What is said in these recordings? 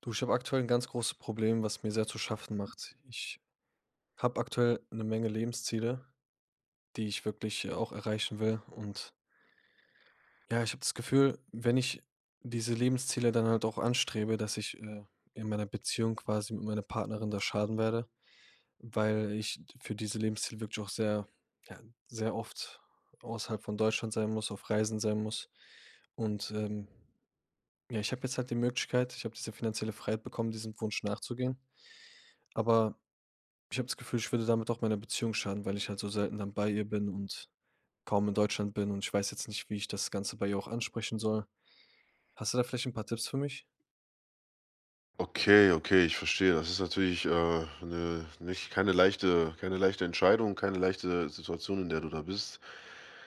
Du, ich habe aktuell ein ganz großes Problem, was mir sehr zu schaffen macht. Ich habe aktuell eine Menge Lebensziele, die ich wirklich auch erreichen will, und ja, ich habe das Gefühl, wenn ich diese Lebensziele dann halt auch anstrebe, dass ich in meiner Beziehung quasi mit meiner Partnerin da schaden werde, weil ich für diese Lebensziele wirklich auch sehr, ja, sehr oft außerhalb von Deutschland sein muss, auf Reisen sein muss, und, ja, ich habe jetzt halt die Möglichkeit, ich habe diese finanzielle Freiheit bekommen, diesem Wunsch nachzugehen, aber ich habe das Gefühl, ich würde damit auch meiner Beziehung schaden, weil ich halt so selten dann bei ihr bin und kaum in Deutschland bin, und ich weiß jetzt nicht, wie ich das Ganze bei ihr auch ansprechen soll. Hast du da vielleicht ein paar Tipps für mich? Okay, okay, ich verstehe. Das ist natürlich, 'ne nicht keine leichte keine leichte Entscheidung, keine leichte Situation, in der du da bist.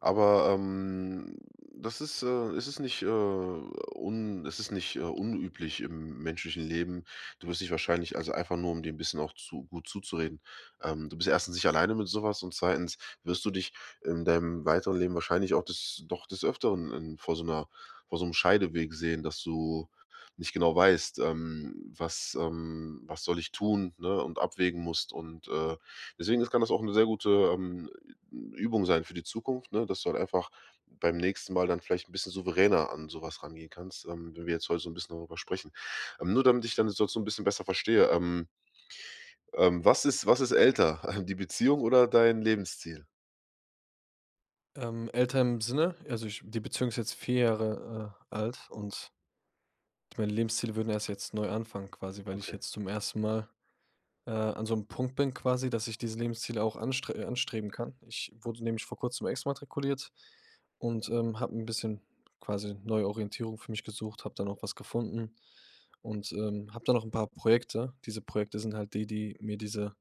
Aber, das ist, es ist nicht, un es ist nicht, unüblich im menschlichen Leben. Du wirst dich wahrscheinlich also, einfach nur, um dir ein bisschen auch zu gut zuzureden. Du bist erstens nicht alleine mit sowas und zweitens wirst du dich in deinem weiteren Leben wahrscheinlich auch des Öfteren in vor so einer, vor so einem Scheideweg sehen, dass du nicht genau weißt, was soll ich tun, ne, und abwägen musst. Und, deswegen ist kann das auch eine sehr gute, Übung sein für die Zukunft, ne, dass du halt einfach beim nächsten Mal dann vielleicht ein bisschen souveräner an sowas rangehen kannst, wenn wir jetzt heute so ein bisschen darüber sprechen. Nur damit ich dann deine so ein bisschen besser verstehe, was ist älter, die Beziehung oder dein Lebensziel? Älter im Sinne, also ich die Beziehung ist jetzt 4 Jahre alt, und meine Lebensziele würden erst jetzt neu anfangen quasi, weil ich Okay. jetzt zum ersten Mal an so einem Punkt bin quasi, dass ich diese Lebensziele auch anstreben kann. Ich wurde nämlich vor Kurzem exmatrikuliert und, habe ein bisschen quasi neue Orientierung für mich gesucht, habe dann auch was gefunden und, habe dann noch ein paar Projekte. Diese Projekte sind halt die, die mir diese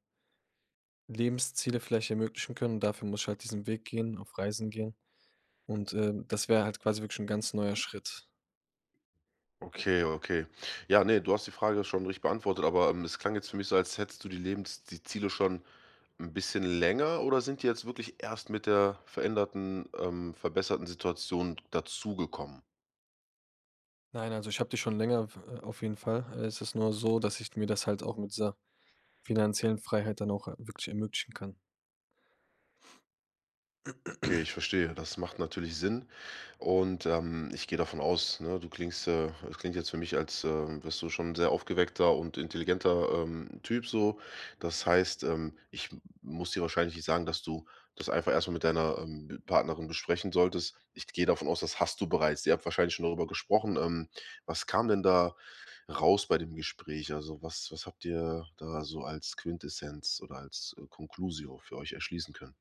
Lebensziele vielleicht ermöglichen können. Und dafür muss ich halt diesen Weg gehen, auf Reisen gehen und, das wäre halt quasi wirklich ein ganz neuer Schritt. Okay, okay. Ja, nee, du hast die Frage schon richtig beantwortet, aber, es klang jetzt für mich so, als hättest du die Ziele schon ein bisschen länger, oder sind die jetzt wirklich erst mit der veränderten, verbesserten Situation dazugekommen? Nein, also ich habe die schon länger w auf jeden Fall. Es ist nur so, dass ich mir das halt auch mit dieser finanziellen Freiheit dann auch wirklich ermöglichen kann. Okay, ich verstehe. Das macht natürlich Sinn. Und, ich gehe davon aus, ne, du klingst, es klingt jetzt für mich, als, wärst du schon 'n sehr aufgeweckter und intelligenter, Typ so. Das heißt, ich m muss dir wahrscheinlich nicht sagen, dass du das einfach erstmal mit deiner, Partnerin besprechen solltest. Ich gehe davon aus, das hast du bereits. Ihr habt wahrscheinlich schon darüber gesprochen. Was kam denn da raus bei dem Gespräch? Also, was habt ihr da so als Quintessenz oder als, Conclusio für euch erschließen können?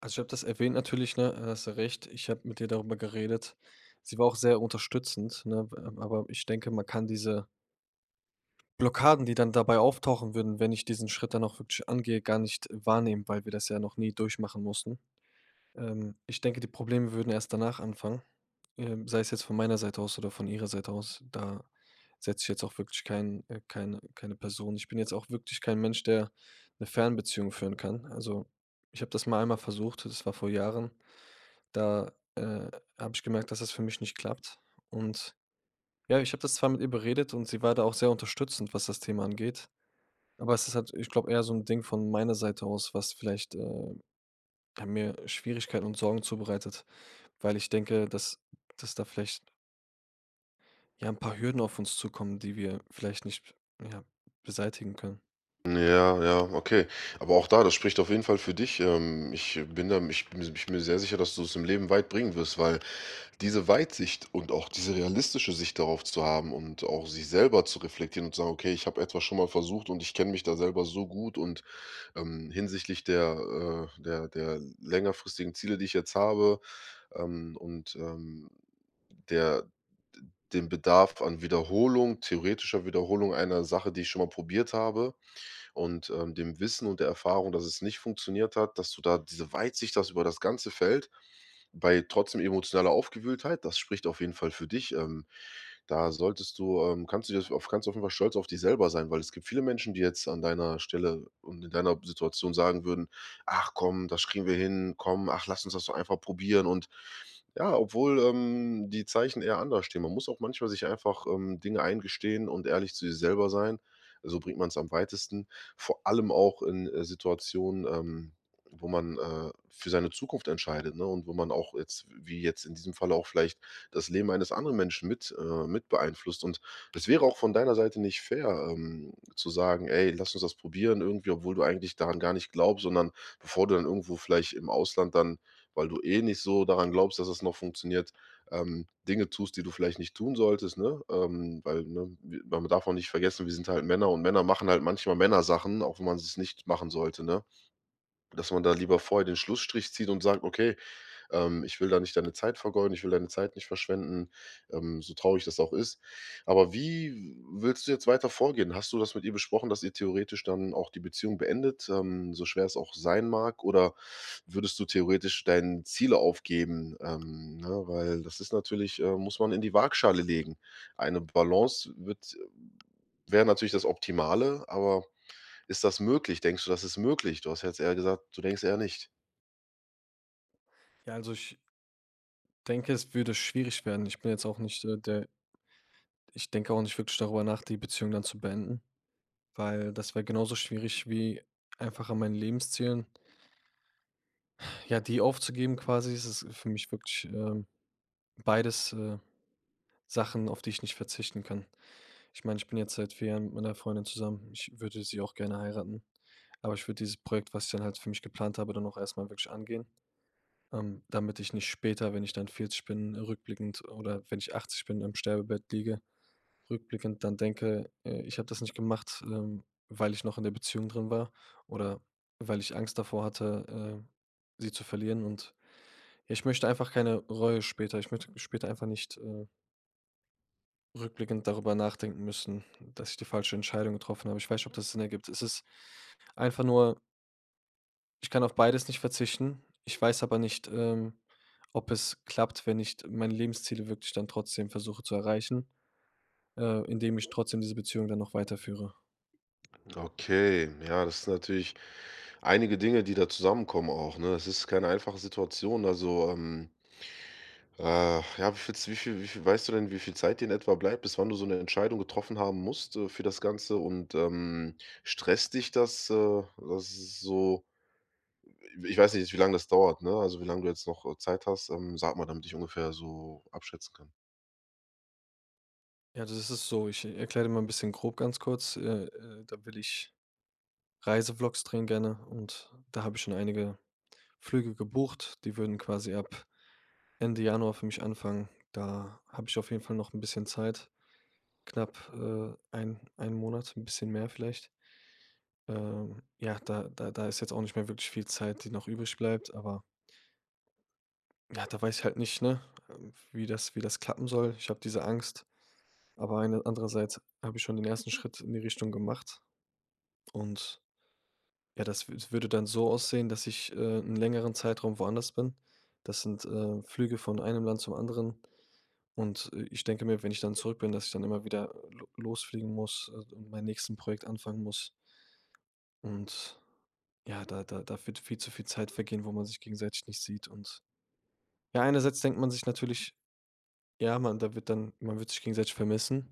Also, ich habe das erwähnt natürlich, ne? Hast du recht. Ich habe mit ihr darüber geredet. Sie war auch sehr unterstützend, ne? W Aber ich denke, man kann diese Blockaden, die dann dabei auftauchen würden, wenn ich diesen Schritt dann auch wirklich angehe, gar nicht wahrnehmen, weil wir das ja noch nie durchmachen mussten. Ich denke, die Probleme würden erst danach anfangen, sei es jetzt von meiner Seite aus oder von ihrer Seite aus. Da setze ich jetzt auch wirklich keine Person. Ich bin jetzt auch wirklich kein Mensch, der eine Fernbeziehung führen kann. Also ich habe das mal einmal versucht, das war vor Jahren. Da habe ich gemerkt, dass das für mich nicht klappt. Und ja, ich habe das zwar mit ihr beredet, und sie war da auch sehr unterstützend, was das Thema angeht. Aber es ist halt, ich glaube, eher so ein Ding von meiner Seite aus, was vielleicht haben mir Schwierigkeiten und Sorgen zubereitet, weil ich denke, dass da vielleicht, ja, ein paar Hürden auf uns zukommen, die wir vielleicht nicht, ja, beseitigen können. Ja, ja, okay. Aber auch da, das spricht auf jeden Fall für dich. Ich bin da, ich, bin Ich bin mir sehr sicher, dass du es im Leben weit bringen wirst, weil diese Weitsicht und auch diese realistische Sicht darauf zu haben und auch sich selber zu reflektieren und zu sagen, okay, ich habe etwas schon mal versucht und ich kenne mich da selber so gut und hinsichtlich der längerfristigen Ziele, die ich jetzt habe, ähm, und ähm, der, den Bedarf an Wiederholung, theoretischer Wiederholung einer Sache, die ich schon mal probiert habe, und, dem Wissen und der Erfahrung, dass es nicht funktioniert hat, dass du da diese Weitsicht hast über das ganze Feld bei trotzdem emotionaler Aufgewühltheit, das spricht auf jeden Fall für dich. Da solltest du kannst du auf jeden Fall stolz auf dich selber sein, weil es gibt viele Menschen, die jetzt an deiner Stelle und in deiner Situation sagen würden: „Ach komm, das kriegen wir hin. Komm, ach, lass uns das doch einfach probieren, und ja, obwohl, die Zeichen eher anders stehen. Man muss auch manchmal sich einfach, Dinge eingestehen und ehrlich zu sich selber sein. So bringt man es am weitesten. Vor allem auch in, Situationen, wo man, für seine Zukunft entscheidet, ne, und wo man auch jetzt in diesem Fall auch vielleicht das Leben eines anderen Menschen mit beeinflusst. Und es wäre auch von deiner Seite nicht fair, zu sagen: „Ey, lass uns das probieren irgendwie“, obwohl du eigentlich daran gar nicht glaubst, sondern bevor du dann irgendwo vielleicht im Ausland dann, weil du eh nicht so daran glaubst, dass es noch funktioniert, Dinge tust, die du vielleicht nicht tun solltest, ne? Weil, ne, wir man darf auch nicht vergessen, wir sind halt Männer, und Männer machen halt manchmal Männersachen, auch wenn man es nicht machen sollte, ne? Dass man da lieber vorher den Schlussstrich zieht und sagt: „Okay, ich will da nicht deine Zeit vergeuden, ich will deine Zeit nicht verschwenden, so traurig das auch ist. Aber wie willst du jetzt weiter vorgehen? Hast du das mit ihr besprochen, dass ihr theoretisch dann auch die Beziehung beendet, so schwer es auch sein mag? Oder würdest du theoretisch deine Ziele aufgeben? Ne? Weil das muss man in die Waagschale legen. Eine Balance wird wäre natürlich das Optimale, aber ist das möglich? Denkst du, das ist möglich? Du hast jetzt eher gesagt, du denkst eher nicht. Ja, also, ich denke, es würde schwierig werden. Ich bin jetzt auch nicht der, ich denke auch nicht wirklich darüber nach, die Beziehung dann zu beenden, weil das wäre genauso schwierig wie einfach an meinen Lebenszielen, ja, die aufzugeben quasi. Ist Es ist für mich wirklich, beides Sachen, auf die ich nicht verzichten kann. Ich meine, ich bin jetzt seit 4 Jahren mit meiner Freundin zusammen. Ich würde sie auch gerne heiraten. Aber ich würde dieses Projekt, was ich dann halt für mich geplant habe, dann auch erstmal wirklich angehen, damit ich nicht später, wenn ich dann 40 bin, rückblickend, oder wenn ich 80 bin, im Sterbebett liege, rückblickend dann denke ich habe das nicht gemacht, weil ich noch in der Beziehung drin war, oder weil ich Angst davor hatte sie zu verlieren. Und ja, ich möchte einfach keine Reue später. Ich möchte später einfach nicht rückblickend darüber nachdenken müssen, dass ich die falsche Entscheidung getroffen habe. Ich weiß nicht, ob das Sinn ergibt. Es ist einfach nur, ich kann auf beides nicht verzichten. Ich weiß aber nicht, ob es klappt, wenn ich meine Lebensziele wirklich dann trotzdem versuche zu erreichen, indem ich trotzdem diese Beziehung dann noch weiterführe. Okay, ja, das sind natürlich einige Dinge, die da zusammenkommen auch, ne? Es ist keine einfache Situation. Also, ja, wie viel, weißt du denn, wie viel Zeit dir in etwa bleibt, bis wann du so eine Entscheidung getroffen haben musst, für das Ganze? Und stresst dich das, das ist so, ich weiß nicht, wie lange das dauert, ne? Also wie lange du jetzt noch Zeit hast, sag mal, damit ich ungefähr so abschätzen kann. Ja, das ist so. Ich erkläre dir mal ein bisschen grob, ganz kurz. Da will ich Reisevlogs drehen gerne, und da habe ich schon einige Flüge gebucht. Die würden quasi ab Ende Januar für mich anfangen. Da habe ich auf jeden Fall noch ein bisschen Zeit, knapp einen Monat, ein bisschen mehr vielleicht. Ja, da ist jetzt auch nicht mehr wirklich viel Zeit, die noch übrig bleibt, aber ja, da weiß ich halt nicht, ne, wie das klappen soll. Ich habe diese Angst, aber eine andererseits habe ich schon den ersten Schritt in die Richtung gemacht, und ja, das wü würde dann so aussehen, dass ich 'n längeren Zeitraum woanders bin. Das sind Flüge von einem Land zum anderen, und ich denke mir, wenn ich dann zurück bin, dass ich dann immer wieder lo losfliegen muss und mein nächsten Projekt anfangen muss, und ja, da wird viel zu viel Zeit vergehen, wo man sich gegenseitig nicht sieht, und ja, einerseits denkt man sich natürlich: „Ja, man, da wird dann, man wird sich gegenseitig vermissen,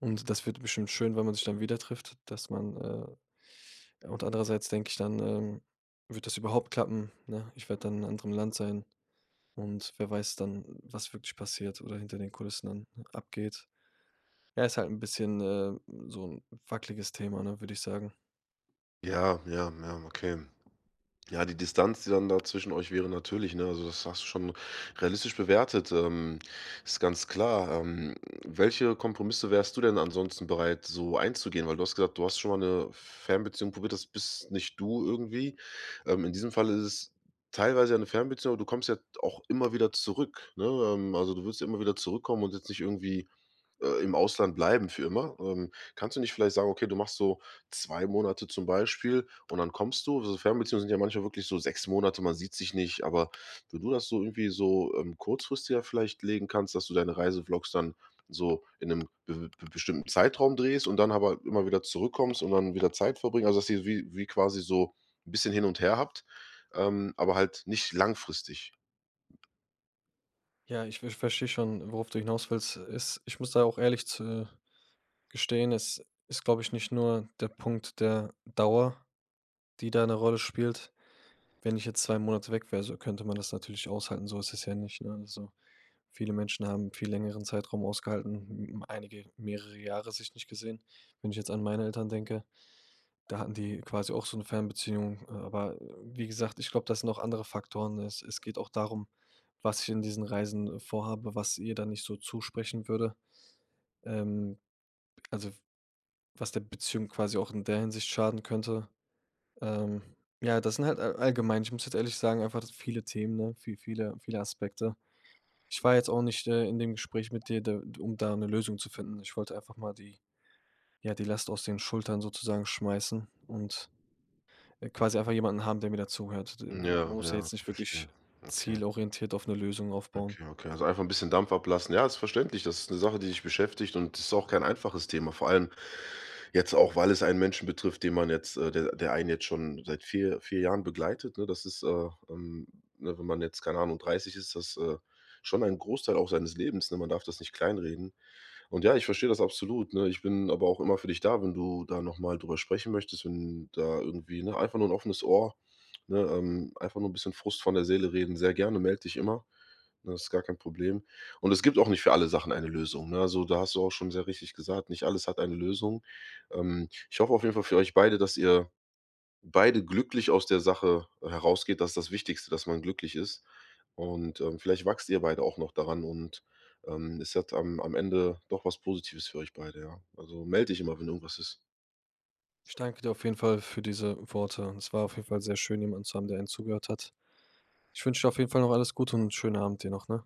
und das wird bestimmt schön, wenn man sich dann wieder trifft, dass man“ und andererseits denke ich dann: „Wird das überhaupt klappen, ne? Ich werde dann in einem anderen Land sein, und wer weiß dann, was wirklich passiert oder hinter den Kulissen dann abgeht.“ Ja, ist halt ein bisschen so ein wackeliges Thema, ne, würde ich sagen. Ja, ja, ja, okay. Ja, die Distanz, die dann da zwischen euch wäre, natürlich, ne? Also das hast du schon realistisch bewertet, ist ganz klar. Welche Kompromisse wärst du denn ansonsten bereit, so einzugehen? Weil du hast gesagt, du hast schon mal eine Fernbeziehung probiert, das bist nicht du irgendwie. In diesem Fall ist es teilweise ja 'ne Fernbeziehung, aber du kommst ja auch immer wieder zurück, ne? Also du willst ja immer wieder zurückkommen und jetzt nicht irgendwie im Ausland bleiben für immer. Kannst du nicht vielleicht sagen, okay, du machst so 2 Monate zum Beispiel und dann kommst du so, Fernbeziehungen sind ja manchmal wirklich so 6 Monate, man sieht sich nicht, aber wenn du das so irgendwie so, kurzfristiger vielleicht legen kannst, dass du deine Reisevlogs dann so in einem be be bestimmten Zeitraum drehst und dann aber immer wieder zurückkommst und dann wieder Zeit verbringen, also dass ihr wie wie quasi so ein bisschen hin und her habt, aber halt nicht langfristig. Ja, ich verstehe schon, worauf du hinaus willst. Ist Ich muss da auch ehrlich zu gestehen, es ist, glaube ich, nicht nur der Punkt der Dauer, die da eine Rolle spielt. Wenn ich jetzt 2 Monate weg wäre, so könnte man das natürlich aushalten, so ist es ja nicht, ne? Also, viele Menschen haben viel längeren Zeitraum ausgehalten, m einige mehrere Jahre sich nicht gesehen. Wenn ich jetzt an meine Eltern denke, da hatten die quasi auch so eine Fernbeziehung aber wie gesagt, ich glaube, das sind auch andere Faktoren. Es geht auch darum, was ich in diesen Reisen vorhabe, was ihr da nicht so zusprechen würde. Ähm, also Was der Beziehung quasi auch in der Hinsicht schaden könnte. Ähm, ja, das sind halt allgemein, ich muss jetzt ehrlich sagen, einfach viele Themen, ne? Viele Aspekte. Ich war jetzt auch nicht in dem Gespräch mit dir, da um da eine Lösung zu finden. Ich wollte einfach mal die, ja, die Last aus den Schultern sozusagen schmeißen und, quasi einfach jemanden haben, der mir da zuhört. D Man Ja, muss ja ja, jetzt ich nicht verstehe. wirklich Okay. zielorientiert auf eine Lösung aufbauen. Okay, okay, also einfach ein bisschen Dampf ablassen. Ja, ist verständlich. Das ist eine Sache, die dich beschäftigt, und ist auch kein einfaches Thema. Vor allem jetzt auch, weil es einen Menschen betrifft, den man jetzt der einen jetzt schon seit 4 Jahren begleitet, ne? Das ist, ne, wenn man jetzt, keine Ahnung, 30 ist, das, schon ein Großteil auch seines Lebens, ne? Man darf das nicht kleinreden. Und ja, ich verstehe das absolut, ne? Ich bin aber auch immer für dich da, wenn du da noch mal drüber sprechen möchtest, wenn da irgendwie, ne, einfach nur ein offenes Ohr, ne, einfach nur ein bisschen Frust von der Seele reden. Sehr gerne, melde dich immer, ne? Das ist gar kein Problem. Und es gibt auch nicht für alle Sachen eine Lösung, ne? Also, da hast du auch schon sehr richtig gesagt, nicht alles hat eine Lösung. Ich hoffe auf jeden Fall für euch beide, dass ihr beide glücklich aus der Sache herausgeht, das ist das Wichtigste, dass man glücklich ist. Und, vielleicht wachst ihr beide auch noch daran, und, es hat am Ende doch was Positives für euch beide, ja. Also, melde dich immer, wenn irgendwas ist. Ich danke dir auf jeden Fall für diese Worte. Es war auf jeden Fall sehr schön, jemanden zu haben, der einen zugehört hat. Ich wünsche dir auf jeden Fall noch alles Gute und 'n schönen Abend dir noch, ne?